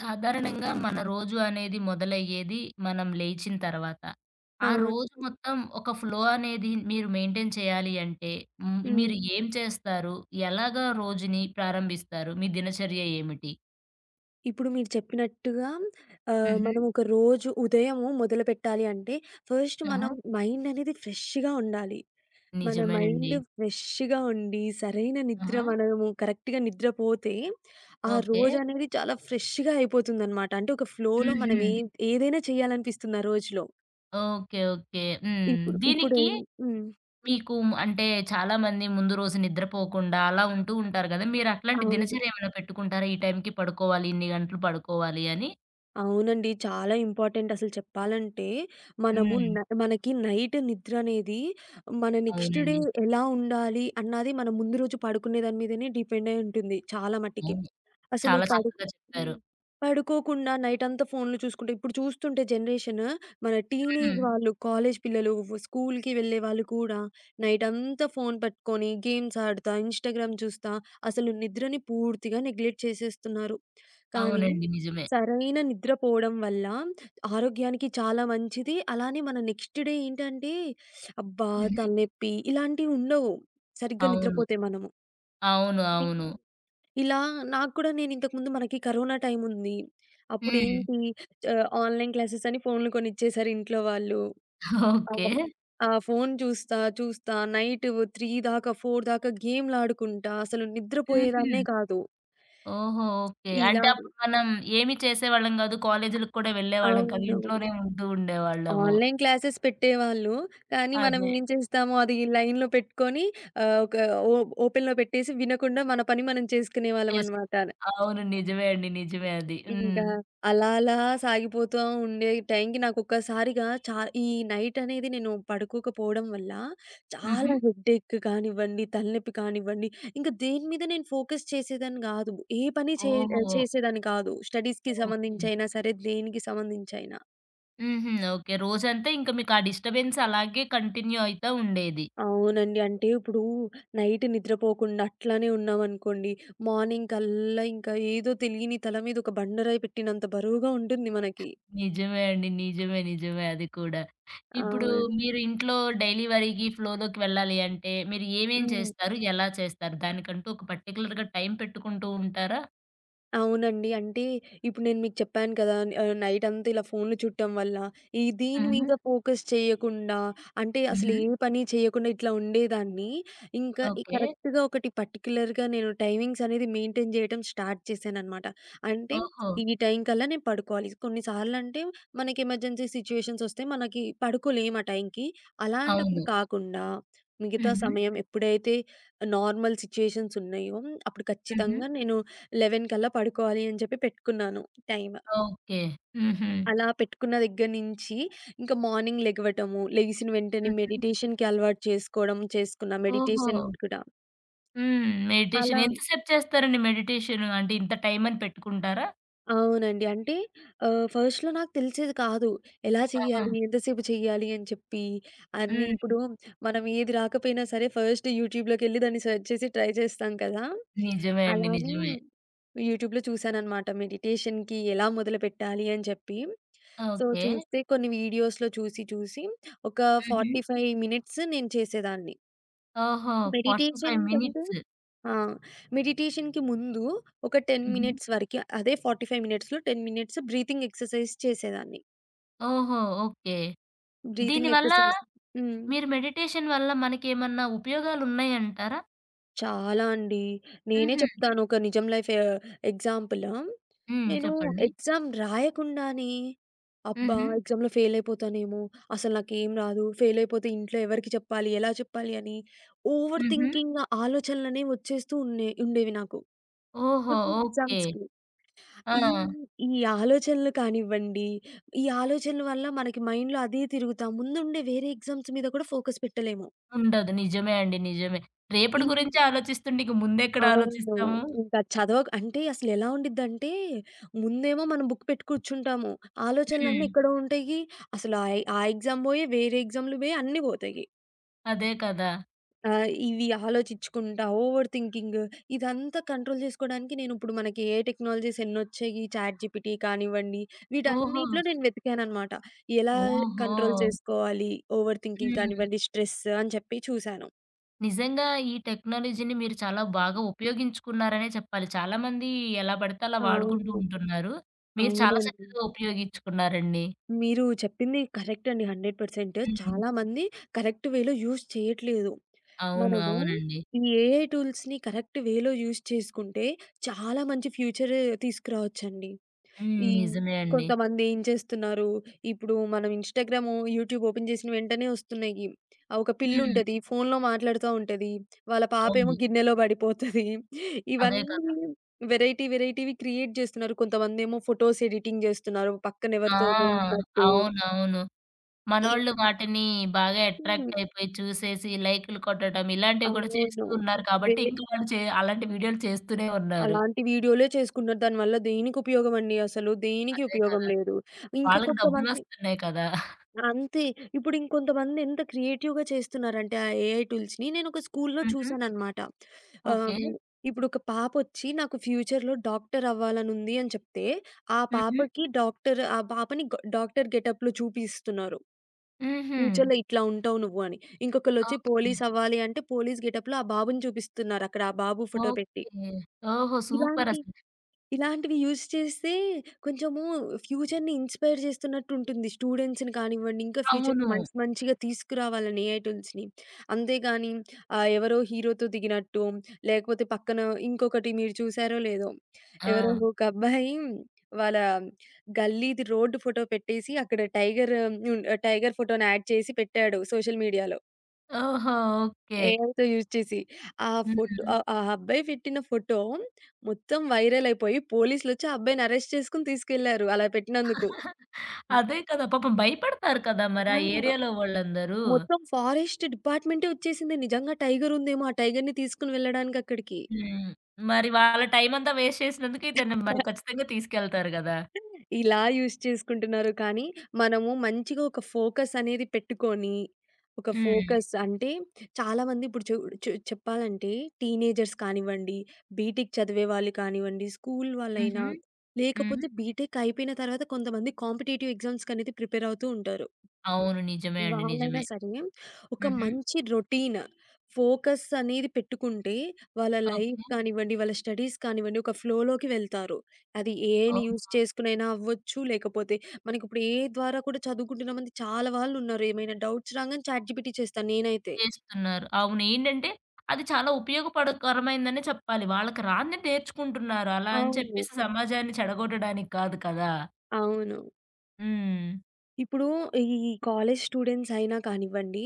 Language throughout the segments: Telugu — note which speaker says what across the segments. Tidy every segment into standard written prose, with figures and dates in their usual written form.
Speaker 1: సాధారణంగా మన రోజు అనేది మొదలయ్యేది మనం లేచిన తర్వాత. ఆ
Speaker 2: అవును.
Speaker 1: రోజు మొత్తం ఒక ఫ్లో అనేది మీరు మెయింటైన్ చేయాలి అంటే
Speaker 2: హ్మ్.
Speaker 1: మీరు ఏం చేస్తారు? ఎలాగా రోజుని ప్రారంభిస్తారు? మీ దినచర్య ఏమిటి?
Speaker 2: ఇప్పుడు మీరు చెప్పినట్టుగా
Speaker 1: హుహు.
Speaker 2: మనం ఒక రోజు ఉదయము మొదలుపెట్టాలి అంటే ఫస్ట్
Speaker 1: ఆహా!
Speaker 2: మనం మైండ్ అనేది ఫ్రెష్‌గా ఉండాలి. మన
Speaker 1: నిజమే
Speaker 2: మైండ్
Speaker 1: అండి.
Speaker 2: ఫ్రెష్‌గా ఉండి సరైన నిద్ర
Speaker 1: ఆహా!
Speaker 2: మనము కరెక్ట్‌గా నిద్రపోతే ఆ
Speaker 1: ఓకే.
Speaker 2: రోజనేది చాలా ఫ్రెష్‌గా అయిపోతుందనమాట. అంటే ఒక ఫ్లోలో మనం
Speaker 1: హుహు.
Speaker 2: ఏదైనా చేయాలనిపిస్తుంది ఆ రోజులో.
Speaker 1: ఓకే. ఓకే. హ్మ్.
Speaker 2: ఇప్పుడు ఇప్పుడు
Speaker 1: దీనికి
Speaker 2: హ్మ్.
Speaker 1: మీకు అంటే చాలామంది ముందు రోజు నిద్రపోకుండా అలా ఉంటూ ఉంటారు గదా! మీరు అట్లాంటి
Speaker 2: అవును.
Speaker 1: దినచర్య ఏమైనా పెట్టుకుంటారా? ఈ టైంకి పడుకోవాలి, ఇన్ని గంటలు పడుకోవాలి అని?
Speaker 2: అవునండి. చాలా ఇంపార్టెంట్ అసలు చెప్పాలంటే, మనము
Speaker 1: హ్మ్.
Speaker 2: న మనకి నైట్ నిద్ర అనేది మన నెక్స్ట్ డే
Speaker 1: అవునండి.
Speaker 2: ఎలా ఉండాలి అన్నది మనం ముందు రోజు పడుకునే దాని మీదనే డిపెండ్ అయి ఉంటుంది చాలా మటికి.
Speaker 1: అవును.
Speaker 2: అసలు
Speaker 1: చాలా
Speaker 2: పడుకు
Speaker 1: చక్కగా
Speaker 2: హ్మ్.
Speaker 1: చెప్పారు.
Speaker 2: పడుకోకుండా నైటంతా ఫోన్‌లు చూసుకుంటే ఇప్పుడు చూస్తుంటే జనరేషన్ మన టీనేజ్
Speaker 1: హ్మ్.
Speaker 2: వాళ్ళు, కాలేజ్ పిల్లలు, స్కూల్‌కి వెళ్ళే వాళ్ళు కూడా నైటంతా ఫోన్ పట్టుకొని గేమ్స్ ఆడుతా, ఇన్‌స్టాగ్రామ్ చూస్తా అసలు నిద్రని పూర్తిగా నెగ్లెక్ట్ చేసేస్తున్నారు. కానీ
Speaker 1: అవునండి. నిజమే.
Speaker 2: సరైన నిద్రపోవడం వల్ల ఆరోగ్యానికి చాలా మంచిది. అలానే మన నెక్స్ట్ డే ఏంటంటే, అబ్బా!
Speaker 1: హుహు.
Speaker 2: తలనొప్పి ఇలాంటివి ఉండవు. సరిగ్గా
Speaker 1: అవును.
Speaker 2: నిద్రపోతే మనము.
Speaker 1: అవును.
Speaker 2: నేను
Speaker 1: అవును.
Speaker 2: ఇలా నాకు కూడా నేను ఇంతకుముందు మనకి కరోనా టైమ్ ఉంది.
Speaker 1: హ్మ్.
Speaker 2: అప్పుడేంటి ఆన్‌లైన్ క్లాసెస్ అని ఫోన్‌లు కొనిచ్చేసారు ఇంట్లో వాళ్ళు.
Speaker 1: ఓకే.
Speaker 2: అవును. ఆ ఫోన్ చూస్తా, చూస్తా నైట్ 3 దాకా, 4 దాకా గేమ్‌లాడుకుంటా అసలు
Speaker 1: హుహు.
Speaker 2: నిద్రపోయేదాన్నే కాదు.
Speaker 1: ఓహో! ఓకే.
Speaker 2: ఇలా
Speaker 1: అంటే అప్పుడు మనం ఏమి చేసేవాళ్ళం కాదు. కాలేజీ‌లకి కూడా వెళ్ళేవాళ్ళం కాదు.
Speaker 2: అవును.
Speaker 1: ఇంట్లోనే ఉంటూ ఉండేవాళ్ళము.
Speaker 2: ఆన్‌లైన్ క్లాసెస్ పెట్టేవాళ్ళు. కానీ మనం
Speaker 1: అదే.
Speaker 2: ఏం చేస్తాము అది లైన్‌లో పెట్టుకొని ఒక ఓ ఓపెన్‌లో పెట్టేసి వినకుండా మన పని మనం
Speaker 1: చేసు
Speaker 2: చేసుకునేవాళ్ళమనమాట.
Speaker 1: అవును. నిజమే అండి. నిజమే అది. హ్మ్.
Speaker 2: ఇంకా అలా అలా సాగిపోతూ ఉండే టైంకి నాకొక్కసారిగా చా ఈ నైట్ అనేది నేను పడుకోకపోవడం వల్ల
Speaker 1: హుహు.
Speaker 2: చాలా హెడ్‌ఏక్ కానివ్వండి, తలనొప్పి కానివ్వండి, ఇంకా దేని మీద నేను ఫోకస్ చేసేదాన్ని గాదు. ఏ పని చే
Speaker 1: ఓహో!
Speaker 2: చేసేదాన్ని కాదు. స్టడీస్‌కి
Speaker 1: ఓకే.
Speaker 2: సంబంధించైనా సరే, దేనికి సంబంధించైనా.
Speaker 1: హుహు. ఓకే. రోజంతా ఇంక మీకు ఆ డిస్టర్బెన్స్ అలాగే కంటిన్యూ అయితా ఉండేది.
Speaker 2: అవునండి. అంటే ఇప్పుడు నైట్ నిద్రపోకుండా అట్లానే ఉన్నామనుకోండి, మార్నింగ్ కల్లా ఇంకా ఏదో తెలియని తల మీద ఒక బండరాయి పెట్టినంత బరువుగా ఉంటుంది మనకి.
Speaker 1: నిజమే అండి. నిజమే. నిజమే అది కూడా.
Speaker 2: ఆ!
Speaker 1: ఇప్పుడు మీరు ఇంట్లో డైలీ వరికి ఫ్లోలోకి వెళ్ళాలి అంటే మీరు ఏమేం
Speaker 2: హ్మ్.
Speaker 1: చేస్తారు? ఎలా చేస్తారు? దానికంటూ ఒక పర్టిక్యులర్‌గా టైం పెట్టుకుంటూ ఉంటారా?
Speaker 2: అవునండి. అంటే ఇప్పుడు నేను మీకు చెప్పాను కదా! నైటంతా ఇలా ఫోన్లు చూడటం వల్ల ఈ దీని
Speaker 1: హుహు.
Speaker 2: మీద ఫోకస్ చేయకుండా అంటే అసలు
Speaker 1: హుహు.
Speaker 2: ఏ పని చేయకుండా ఇట్లా ఉండేదాన్ని. ఇంకా ఈ
Speaker 1: ఓకే.
Speaker 2: కరెక్ట్‌గా ఒకటి పర్టిక్యులర్‌గా నేను టైమింగ్స్ అనేది మెయింటైన్ చేయడం స్టార్ట్ చేశాననమాట. అంటే
Speaker 1: ఓహో!
Speaker 2: ఈ టైం కల్లా నేను పడుకోవాలి. కొన్నిసార్లంటే మనకి ఎమర్జెన్సీ సిట్యుయేషన్స్ వస్తే మనకి పడుకోలేము ఆ టైంకి. అలాంటప్పుడు
Speaker 1: అవును.
Speaker 2: కాకుండా మిగతా
Speaker 1: హుహు.
Speaker 2: సమయం ఎప్పుడైతే నార్మల్ సిట్యుయేషన్స్ ఉన్నాయో అప్పుడు
Speaker 1: హుహు.
Speaker 2: ఖచ్చితంగా నేను 11 కల్లా పడుకోవాలి అని చెప్పి పెట్టుకున్నాను టైమ్.
Speaker 1: ఓకే. హుహు.
Speaker 2: అలా పెట్టుకున్న దగ్గర నుంచి ఇంకా మార్నింగ్ లెగవటము, లెగిసిన వెంటనే
Speaker 1: హుహు.
Speaker 2: మెడిటేషన్‌కి అలవాటు చేసుకోవడం చేసుకున్నా
Speaker 1: ఓహో!
Speaker 2: మెడిటేషన్ కూడా.
Speaker 1: హ్మ్.
Speaker 2: అలా
Speaker 1: మెడిటేషన్ ఎంతసేపు చేస్తారండి మెడిటేషన్? అంటే ఇంత టైం అని పెట్టుకుంటారా?
Speaker 2: అవునండి. అంటే ఫస్ట్‌లో నాకు తెలిసేది కాదు. ఎలా
Speaker 1: ఆహా!
Speaker 2: చేయాలి? ఎంతసేపు చేయాలి? అని చెప్పి అన్నీ
Speaker 1: హ్మ్.
Speaker 2: ఇప్పుడు మనం ఏది రాకపోయినా సరే ఫస్ట్ యూట్యూబ్‌లోకెళ్ళి దాన్ని సెర్చ్ చేసి ట్రై చేస్తాం కదా!
Speaker 1: నిజమే అండి.
Speaker 2: అలానే
Speaker 1: నిజమే.
Speaker 2: యూట్యూబ్‌లో చూసాననమాట. మెడిటేషన్‌కి ఎలా మొదలుపెట్టాలి అని చెప్పి. So,
Speaker 1: okay.
Speaker 2: చూస్తే కొన్ని వీడియోస్‌లో చూసి చూసి ఒక
Speaker 1: హుహు.
Speaker 2: 45 మినిట్స్ నేను చేసేదాన్ని.
Speaker 1: ఓహో!
Speaker 2: మెడిటేషన్
Speaker 1: 45
Speaker 2: కంటే
Speaker 1: మినిట్స్.
Speaker 2: ఆ! మెడిటేషన్‌కి ముందు ఒక 10
Speaker 1: హుహు.
Speaker 2: మినిట్స్ వరకి అదే 45 మినిట్స్‌లో 10 మినిట్స్ బ్రీతింగ్ ఎక్సర్‌సైజ్ చేసేదాన్ని.
Speaker 1: ఓహో! ఓకే.
Speaker 2: బ్రీతింగ్
Speaker 1: దీనివల్ల
Speaker 2: ఎక్సర్‌సైజ్ హ్మ్.
Speaker 1: మీరు మెడిటేషన్ వల్ల మనకేమన్నా ఉపయోగాలున్నాయంటారా?
Speaker 2: చాలా అండి. నేనే
Speaker 1: హుహు.
Speaker 2: చెప్తాను ఒక నిజం లైఫ్ ఎగ్జాంపుల్.
Speaker 1: హ్మ్.
Speaker 2: నేను
Speaker 1: చెప్పండి.
Speaker 2: ఎగ్జామ్ రాయకుండానే అబ్బా!
Speaker 1: హుహు.
Speaker 2: ఎగ్జామ్‌లో ఫెయిల్ అయిపోతానేమో, అసలు నాకేం రాదు, ఫెయిల్ అయిపోతే ఇంట్లో ఎవరికి చెప్పాలి, ఎలా చెప్పాలి అని ఓవర్
Speaker 1: హుహు.
Speaker 2: థింకింగ్ ఆలోచనలనేవి వచ్చేస్తూ ఉన్నే ఉండేవి నాకు
Speaker 1: ఓహో!
Speaker 2: కొన్ని
Speaker 1: ఓకే.
Speaker 2: ఎగ్జామ్స్‌కి.
Speaker 1: ఆ!
Speaker 2: ఈ ఈ ఆలోచనలు కానివ్వండి, ఈ ఆలోచనల వల్ల మనకి మైండ్‌లో అదే తిరుగుతా ముందుండే వేరే ఎగ్జామ్స్ మీద కూడా ఫోకస్ పెట్టలేము.
Speaker 1: ఉండదు. నిజమే అండి. నిజమే.
Speaker 2: ఈ
Speaker 1: రేపటి గురించే ఆలోచిస్తుంటే ఇంక ముందెక్కడ
Speaker 2: అవును.
Speaker 1: ఆలోచిస్తాము?
Speaker 2: ఇంకా చదవక అంటే అసలెలా ఉండిద్దంటే, ముందేమో మనం బుక్ పెట్టి కూర్చుంటాము. ఆలోచనలన్నీ
Speaker 1: హ్మ్.
Speaker 2: ఎక్కడో ఉంటాయి. అసలు ఆ ఎగ్జామ్ పోయి, వేరే ఎగ్జామ్‌లు పోయి అన్నీ పోతాయి.
Speaker 1: అదే కదా!
Speaker 2: ఆ! ఇవి ఆలోచించుకుంటా, ఓవర్ థింకింగ్ ఇదంతా కంట్రోల్ జేసుకోవడానికి నేనిప్పుడు మనకి ఏ టెక్నాలజీస్ ఎన్నొచ్చాయి. చాట్ జీపీటీ కానివ్వండి,
Speaker 1: ఓహో!
Speaker 2: వీటన్నిటిలో నేను వెతికాననమాట. ఎలా
Speaker 1: ఓహో!
Speaker 2: కంట్రోల్ చేసుకోవాలి, ఓవర్ థింకింగ్
Speaker 1: హ్మ్.
Speaker 2: కానివ్వండి, స్ట్రెస్ అని చెప్పి చూసాను.
Speaker 1: నిజంగా ఈ టెక్నాలజీని మీరు చాలా బాగా ఉపయోగించుకున్నారనే చెప్పాలి. చాలామంది ఎలా పడితే అలా వాడుకుంటూ
Speaker 2: అవును.
Speaker 1: ఉంటున్నారు. మీరు చాలా
Speaker 2: అవునండి.
Speaker 1: చక్కగా ఉపయోగించుకున్నారండి.
Speaker 2: మీరు చెప్పింది కరెక్ట్ అండి 100%
Speaker 1: హ్మ్.
Speaker 2: చాలామంది కరెక్ట్ వేలో యూజ్ చేయట్లేదు.
Speaker 1: అవును.
Speaker 2: మనము
Speaker 1: అవునండి.
Speaker 2: ఈ ఏఐ టూల్స్‌ని కరెక్ట్ వేలో యూజ్ చేసుకుంటే చాలా మంచి ఫ్యూచర్ తీసుకురావచ్చండి.
Speaker 1: హ్మ్.
Speaker 2: ఈ
Speaker 1: నిజమే అండి.
Speaker 2: కొంతమంది ఏం చేస్తున్నారు, ఇప్పుడు మనం ఇన్‌స్టాగ్రాము, యూట్యూబ్ ఓపెన్ చేసిన వెంటనే వస్తున్నాయి. ఆ! ఒక
Speaker 1: హ్మ్.
Speaker 2: పిల్లుంటది. ఫోన్‌లో మాట్లాడుతా ఉంటది. వాళ్ళ పాపేమో
Speaker 1: అవును.
Speaker 2: గిన్నెలో పడిపోతది.
Speaker 1: అదే కదా!
Speaker 2: ఇవన్నీ వెరైటీ వెరైటీవి క్రియేట్ చేస్తున్నారు. కొంతమందేమో ఫోటోస్ ఎడిటింగ్ చేస్తున్నారు. పక్కన
Speaker 1: ఆ!
Speaker 2: ఎవరితోనో ఉన్నట్టు.
Speaker 1: అవునవును. మనోళ్ళు
Speaker 2: ఇవన్నీ
Speaker 1: వాటిని బాగా అట్రాక్ట్ అయిపోయి చూసేసి లైకులు కొట్టడం ఇలాంటివి కూడా
Speaker 2: అవును.
Speaker 1: చేస్తూ ఉన్నారు
Speaker 2: వే
Speaker 1: కాబట్టి ఇంకా వాళ్ళు చే అలాంటి వీడియోలు చేస్తూనే ఉన్నారు.
Speaker 2: అలాంటి వీడియోలే చేసుకుంటున్నారు. దానివల్ల దేనికి ఉపయోగం అండి అసలు? దేనికి
Speaker 1: అదే
Speaker 2: ఉపయోగం
Speaker 1: కదా!
Speaker 2: లేదు. ఇంకా
Speaker 1: వాళ్ళకి
Speaker 2: కొంతమంది
Speaker 1: డబ్బులొస్తున్నాయి కదా!
Speaker 2: అంతే. ఇప్పుడు ఇంకొంతమంది ఎంత క్రియేటివ్‌గా చేస్తున్నారంటే ఆ ఏఐ టూల్స్‌ని నేనొక స్కూల్‌లో
Speaker 1: హుహు.
Speaker 2: చూసాననమాట.
Speaker 1: ఓకే.
Speaker 2: ఆహ్, ఇప్పుడొక పాపొచ్చి నాకు ఫ్యూచర్‌లో డాక్టర్ అవ్వాలనుంది అని చెప్తే, ఆ
Speaker 1: హుహు.
Speaker 2: పాపకి డాక్టర్ ఆ పాపని డాక్టర్ గెటప్‌లో చూపిస్తున్నారు.
Speaker 1: హుహు.
Speaker 2: ఫ్యూచర్‌లో ఇట్లా ఉంటావు నువ్వు అని. ఇంకొకళ్ళొచ్చి
Speaker 1: ఓకే.
Speaker 2: పోలీస్ అవ్వాలి అంటే పోలీస్ గెటప్‌లో ఆ బాబుని చూపిస్తున్నారక్కడ ఆ బాబు ఫోటో పెట్టి.
Speaker 1: ఓకే. ఓహో!
Speaker 2: ఇలాంటి
Speaker 1: సూపరసలు.
Speaker 2: ఇలాంటివి యూజ్ చేస్తే కొంచెము ఫ్యూచర్‌ని ఇన్‌స్పైర్ చేస్తున్నట్టుంటుంది. స్టూడెంట్స్‌ని కానివ్వండి, ఇంకా ఫ్యూచర్‌లో
Speaker 1: అవును.
Speaker 2: మంచి మంచిగా తీసుకురావాలని ఏఐ టూల్స్‌ని. అంతేగాని ఎవరో హీరోతో దిగినట్టు, లేకపోతే పక్కన ఇంకొకటి మీరు చూసారో లేదో, ఎవరో
Speaker 1: ఆ!
Speaker 2: ఒక అబ్బాయి వాళ్ళ గల్లీది రోడ్డు ఫోటో పెట్టేసి అక్కడ టైగర్ ఫోటోని యాడ్ చేసి పెట్టాడు సోషల్ మీడియాలో.
Speaker 1: ఓహో! ఓకే.
Speaker 2: ఏఐతో యూజ్ చేసి. ఆ ఫోటో
Speaker 1: హ్మ్.
Speaker 2: ఆ అబ్బాయి పెట్టిన ఫోటో మొత్తం వైరల్ అయిపోయి పోలీసులొచ్చి ఆ అబ్బాయిని అరెస్ట్ చేసుకొని తీసుకెళ్లారు అలా పెట్టినందుకు.
Speaker 1: అదే కదా! పాపం భయపడతారు కదా! మరి
Speaker 2: ఆ!
Speaker 1: ఆ ఏరియాలో వాళ్ళందరూ.
Speaker 2: మొత్తం ఫారెస్ట్ డిపార్ట్‌మెంటే వచ్చేసింది. నిజంగా టైగర్ ఉందేమో! ఆ టైగర్‌ని తీసుకొని వెళ్ళడానికి అక్కడికి.
Speaker 1: హ్మ్. మరి వాళ్ళ టైమంతా వేస్ట్ చేసినందుకు ఇతన్ని మరి ఖచ్చితంగా తీసుకెళ్తారు గదా!
Speaker 2: ఇలా యూజ్ చేసుకుంటున్నారు. కానీ, మనము మంచిగా ఒక ఫోకస్ అనేది పెట్టుకొని, ఒక
Speaker 1: హ్మ్.
Speaker 2: ఫోకస్ అంటే చాలామంది ఇప్పుడు చూ చు చెప్పాలంటే టీనేజర్స్ కానివ్వండి, బీటెక్ చదివే వాళ్ళు కానివ్వండి, స్కూల్ వాళ్ళైనా,
Speaker 1: హుహు. హ్మ్.
Speaker 2: లేకపోతే బీటెక్ అయిపోయిన తర్వాత కొంతమంది కాంపిటీటివ్ ఎగ్జామ్స్‌కనేది ప్రిపేర్ అవుతూ ఉంటారు.
Speaker 1: అవును. నిజమే అండి.
Speaker 2: వాళ్ళైనా
Speaker 1: నిజమే.
Speaker 2: సరే, ఒక
Speaker 1: హుహు.
Speaker 2: మంచి రొటీన్, ఫోకస్ అనేది పెట్టుకుంటే, వాళ్ళ లైఫ్
Speaker 1: ఓకే.
Speaker 2: కానివ్వండి, వాళ్ళ స్టడీస్ కానివ్వండి, ఒక ఫ్లోలోకి వెళ్తారు. అది ఏఐని
Speaker 1: ఓహో!
Speaker 2: యూజ్ చేసుకొనైనా అవ్వచ్చు, లేకపోతే మనకిప్పుడు ఏఐ ద్వారా కూడా చదువుకుంటున్నామంటే చాలా వాళ్ళున్నారు. ఏమైనా డౌట్స్ రాగానే చాట్‌జీపీటీ చేస్తాను నేనైతే.
Speaker 1: చేస్తున్నారు. అవును. ఏంటంటే అది చాలా ఉపయోగపడకరమైందనే చెప్పాలి. వాళ్ళకి రానిది నేర్చుకుంటున్నారు. అలా అని
Speaker 2: అవును.
Speaker 1: చెప్పేసి సమాజాన్ని చెడగొట్టడానికి కాదు కదా!
Speaker 2: అవును.
Speaker 1: హ్మ్.
Speaker 2: ఇప్పుడు ఈ కాలేజ్ స్టూడెంట్స్ అయినా కానివ్వండి,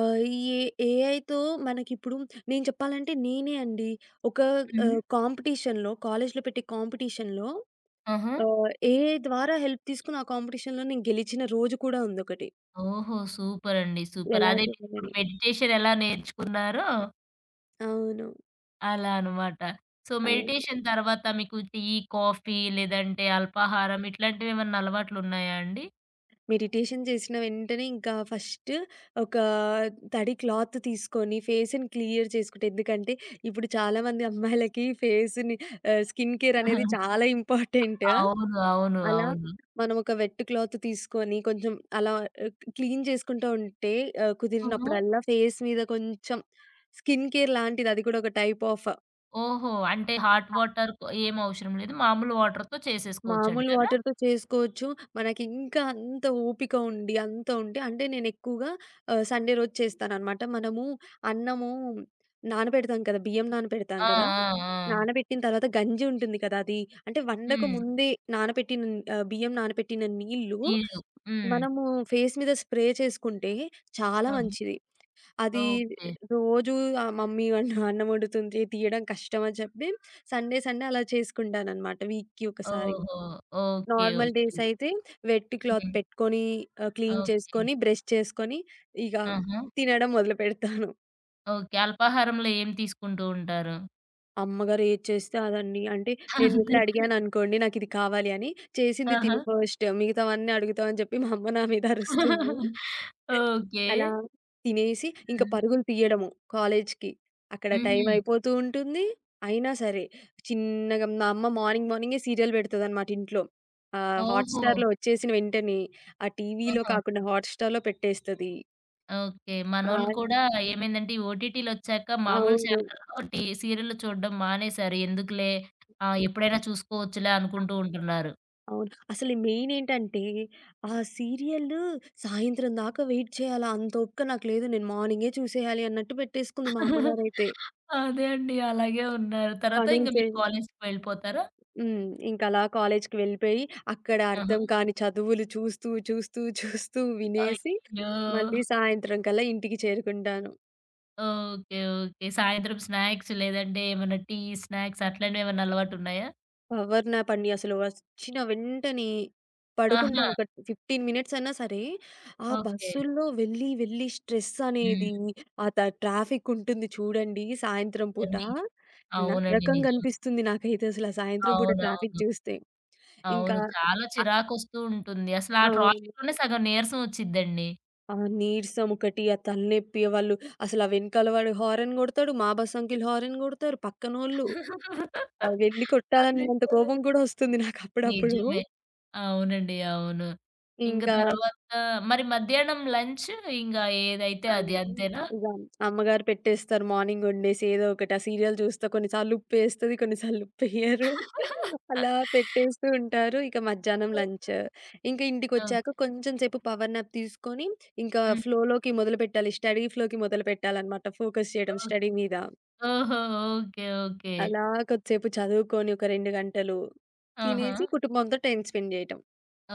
Speaker 2: ఈ ఏఐతో మనకిప్పుడు నేను చెప్పాలంటే నేనే అండి ఒక
Speaker 1: హుహు.
Speaker 2: కాంపిటీషన్‌లో కాలేజ్‌లో పెట్టే కాంపిటీషన్‌లో
Speaker 1: ఆహా!
Speaker 2: ఏఐ ద్వారా హెల్ప్ తీసుకొని ఆ కాంపిటీషన్‌లో నేను గెలిచిన రోజు కూడా ఉందొకటి.
Speaker 1: ఓహో! సూపర్ అండి. సూపర్.
Speaker 2: ఎలా
Speaker 1: అదే మీరిప్పుడు
Speaker 2: చేయాలని.
Speaker 1: మెడిటేషన్ ఎలా నేర్చుకున్నారో
Speaker 2: అవును.
Speaker 1: అలా అనమాట. సో,
Speaker 2: అవును.
Speaker 1: మెడిటేషన్ తర్వాత మీకు టీ, కాఫీ లేదంటే అల్పాహారం ఇట్లాంటివేమన్నా అలవాట్లున్నాయా అండి?
Speaker 2: మెడిటేషన్ చేసిన వెంటనే ఇంకా ఫస్ట్ ఒక తడి క్లాత్ తీసుకొని ఫేస్‌ని క్లియర్ చేసుకుంటే ఎందుకంటే ఇప్పుడు చాలామంది అమ్మాయిలకి ఫేస్‌ని స్కిన్ కేర్ అనేది చాలా ఇంపార్టెంట్.
Speaker 1: అవును. అవును.
Speaker 2: అలా
Speaker 1: అవును.
Speaker 2: మనం ఒక వెట్ క్లాత్ తీసుకొని కొంచెం అలా క్లీన్ చేసుకుంటూ ఉంటే
Speaker 1: ఆహా!
Speaker 2: కుదిరినప్పుడల్లా ఫేస్ మీద కొంచెం స్కిన్ కేర్ లాంటిది అది కూడా ఒక టైప్ ఆఫ్.
Speaker 1: ఓహో! అంటే హాట్ వాటర్ ఏం అవసరం లేదు. మామూలు వాటర్‌తో
Speaker 2: మామూలు
Speaker 1: చేసేసుకోవచ్చంటారా?
Speaker 2: వాటర్‌తో చేసుకోవచ్చు. మనకింకా అంత ఓపిక ఉండి, అంత ఉంటే అంటే నేనెక్కువగా సండే రోజు చేస్తాననమాట. మనము అన్నము నానబెడతాం కదా! బియ్యం నానబెడతాం
Speaker 1: ఆ!
Speaker 2: కదా!
Speaker 1: ఆ! ఆ!
Speaker 2: నానబెట్టిన తర్వాత గంజి ఉంటుంది కదా! అది. అంటే వండక
Speaker 1: హ్మ్.
Speaker 2: ముందే నానబెట్టిన బియ్యం నానబెట్టిన నీళ్ళు
Speaker 1: నీళ్ళు. హ్మ్.
Speaker 2: మనము ఫేస్ మీద స్ప్రే చేసుకుంటే చాలా
Speaker 1: ఆహా!
Speaker 2: మంచిది. అది
Speaker 1: ఓకే.
Speaker 2: రోజు మమ్మీ అన్నం వండుతుంది, తీయడం కష్టం అని చెప్పి సండే సండే అలా చేసుకుంటాననమాట వీక్‌కి ఒకసారి.
Speaker 1: ఓహో! ఓకే.
Speaker 2: Normal
Speaker 1: okay.
Speaker 2: డేస్ అయితే వెట్ క్లాత్
Speaker 1: హ్మ్.
Speaker 2: పెట్టుకొని క్లీన్
Speaker 1: ఓకే.
Speaker 2: చేసుకొని, బ్రష్ చేసుకొని ఇక
Speaker 1: ఆహా!
Speaker 2: తినడం మొదలుపెడతాను.
Speaker 1: ఓకే. అల్పాహారంలో ఏం తీసుకుంటూ ఉంటారు?
Speaker 2: అమ్మగారు ఏది చేస్తే అదండి. అంటే నేను వెళ్లి
Speaker 1: అంతేనా?
Speaker 2: అడిగాననుకోండి నాకిది కావాలి అని, చేసింది
Speaker 1: ఆహా!
Speaker 2: తిను ఫస్ట్ మిగతావన్నీ అడుగుతావని చెప్పి మా అమ్మ నా మీద అరుస్తుంది.
Speaker 1: ఓకే.
Speaker 2: అలా తినేసి ఇంక
Speaker 1: హ్మ్.
Speaker 2: పరుగులు తీయడము కాలేజ్‌కి. అక్కడ
Speaker 1: హుహు.
Speaker 2: టైం అయిపోతూ ఉంటుంది. అయినా సరే చిన్నగా మా అమ్మ మార్నింగ్ మార్నింగే సీరియల్ పెడతదనమాట ఇంట్లో.
Speaker 1: ఓహో!
Speaker 2: హాట్‌స్టార్‌లో వచ్చేసిన వెంటనే ఆ టీవీలో
Speaker 1: ఆహా!
Speaker 2: కాకుండా హాట్‌స్టార్‌లో పెట్టేస్తది.
Speaker 1: ఓకే. మనోళ్ళు
Speaker 2: ఆహ్,
Speaker 1: కూడా ఏమైందంటే ఈ ఓటీటీలొచ్చాక మామూలు
Speaker 2: అవును.
Speaker 1: ఛానల్‌లో టీ సీరియల్‌లు చూడడం మానేశారు. ఎందుకులే ఎప్పుడైనా చూసుకోవచ్చులే అనుకుంటూ ఉంటున్నారు.
Speaker 2: అవును. అసలు మెయిన్ ఏంటంటే ఆ సీరియల్లు సాయంత్రం దాకా వెయిట్ చేయాలా? అంత ఓపిక నాకు లేదు. నేను మార్నింగే చూసేయాలి అన్నట్టు పెట్టేసుకుంది మా అమ్మగారైతే.
Speaker 1: అదే అండి. అలాగే ఉన్నారు. తర్వాత
Speaker 2: పనులు
Speaker 1: ఇంక
Speaker 2: చేయ
Speaker 1: మీరు కాలేజ్‌కి వెళ్ళిపోతారా?
Speaker 2: హ్మ్. ఇంకలా కాలేజికి వెళ్ళిపోయి, అక్కడ
Speaker 1: ఆహా!
Speaker 2: అర్థం కాని చదువులు చూస్తూ, చూస్తూ, చూస్తూ వినేసి,
Speaker 1: అయ్యో!
Speaker 2: మళ్ళీ సాయంత్రం కల్లా ఇంటికి చేరుకుంటాను.
Speaker 1: ఓకే. ఓకే. సాయంత్రం స్నాక్స్ లేదంటే ఏమన్నా టీ, స్నాక్స్ అట్లాంటివేమన్నా అలవాటున్నాయా?
Speaker 2: పవర్ న్యాప్ అండి. అసలు వచ్చిన వెంటనే
Speaker 1: ఆహా!
Speaker 2: పడుకుంటాను. ఒక 15 మినిట్స్ అన్నా సరే, ఆ
Speaker 1: ఓకే.
Speaker 2: బస్సుల్లో వెళ్ళి, వెళ్ళి స్ట్రెస్ అనేది,
Speaker 1: హ్మ్.
Speaker 2: ఆ ట్రాఫిక్ ఉంటుంది చూడండి సాయంత్రం పూట,
Speaker 1: జర్నీ. అవునండి. నిజమే.
Speaker 2: నరకంగనిపిస్తుంది నాకైతే అసలు ఆ సాయంత్రం పూట ట్రాఫిక్
Speaker 1: అవునవును.
Speaker 2: చూస్తే. ఇంకా
Speaker 1: అవును. చాలా చిరాకొస్తూ ఉంటుంది. అసలు ఆ
Speaker 2: అవును.
Speaker 1: ట్రాఫిక్‌లోనే సగం నీరసం వచ్చిద్దండి.
Speaker 2: ఆ! నీరసమొకటి, ఆ తలనొప్పి వాళ్ళు అసలు ఆ వెనకాల వాడు హారన్ గొడతాడు. మా బస్ అంకిల్ హారన్ గొడతారు. పక్కనోళ్ళు వెళ్లి
Speaker 1: అదే
Speaker 2: కొట్టాలన్నంత
Speaker 1: కదా!
Speaker 2: కోపం కూడా వస్తుంది నాకప్పుడప్పుడు.
Speaker 1: నిజమే. అవునండి. అవును. ఇంక
Speaker 2: ఇంకా
Speaker 1: తర్వాత మరి మధ్యాహ్నం లంచ్ ఇంగ ఏదైతే
Speaker 2: ఆహ్,
Speaker 1: అది అంతేనా?
Speaker 2: ఇగ అమ్మగారు పెట్టేస్తారు మార్నింగ్ వండేసి ఏదో ఒకటి. ఆ సీరియల్ చూస్తా కొన్ని సార్లు ఉప్పేస్తది. కొన్ని సార్లు ఉప్పెయ్యరు. అలా పెట్టేస్తూ ఉంటారు. ఇక మధ్యాహ్నం
Speaker 1: ఓకే.
Speaker 2: లంచ్. ఇంకా
Speaker 1: ఓకే.
Speaker 2: ఇంటికొచ్చాక కొంచెం సేపు పవర్ నాప్ తీసుకొని ఇంకా
Speaker 1: హ్మ్.
Speaker 2: ఫ్లోలోకి మొదలుపెట్టాలి. స్టడీ ఫ్లోకి మొదలుపెట్టాలనమాట. ఫోకస్ చేయడం
Speaker 1: ఓహ్
Speaker 2: స్టడీ మీద.
Speaker 1: ఓహో! ఓకే. ఓకే.
Speaker 2: అలా కొద్దిసేపు చదువుకొని ఒక 2 గంటలు
Speaker 1: ఆహా!
Speaker 2: తినేసి కుటుంబంతో టైమ్ స్పెండ్ జేయటం.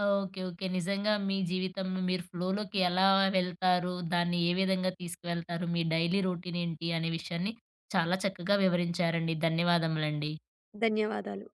Speaker 1: ఓకే. ఓకే. నిజంగా మీ జీవితంలో మీరు ఫ్లోలోకి ఎలా వెళ్తారు? దాన్ని ఏ విధంగా తీసుకువెళ్తారు? మీ డైలీ రొటీనేంటి? అనే విషయాన్ని చాలా చక్కగా వివరించారండి. ధన్యవాదములండి.
Speaker 2: ధన్యవాదాలు.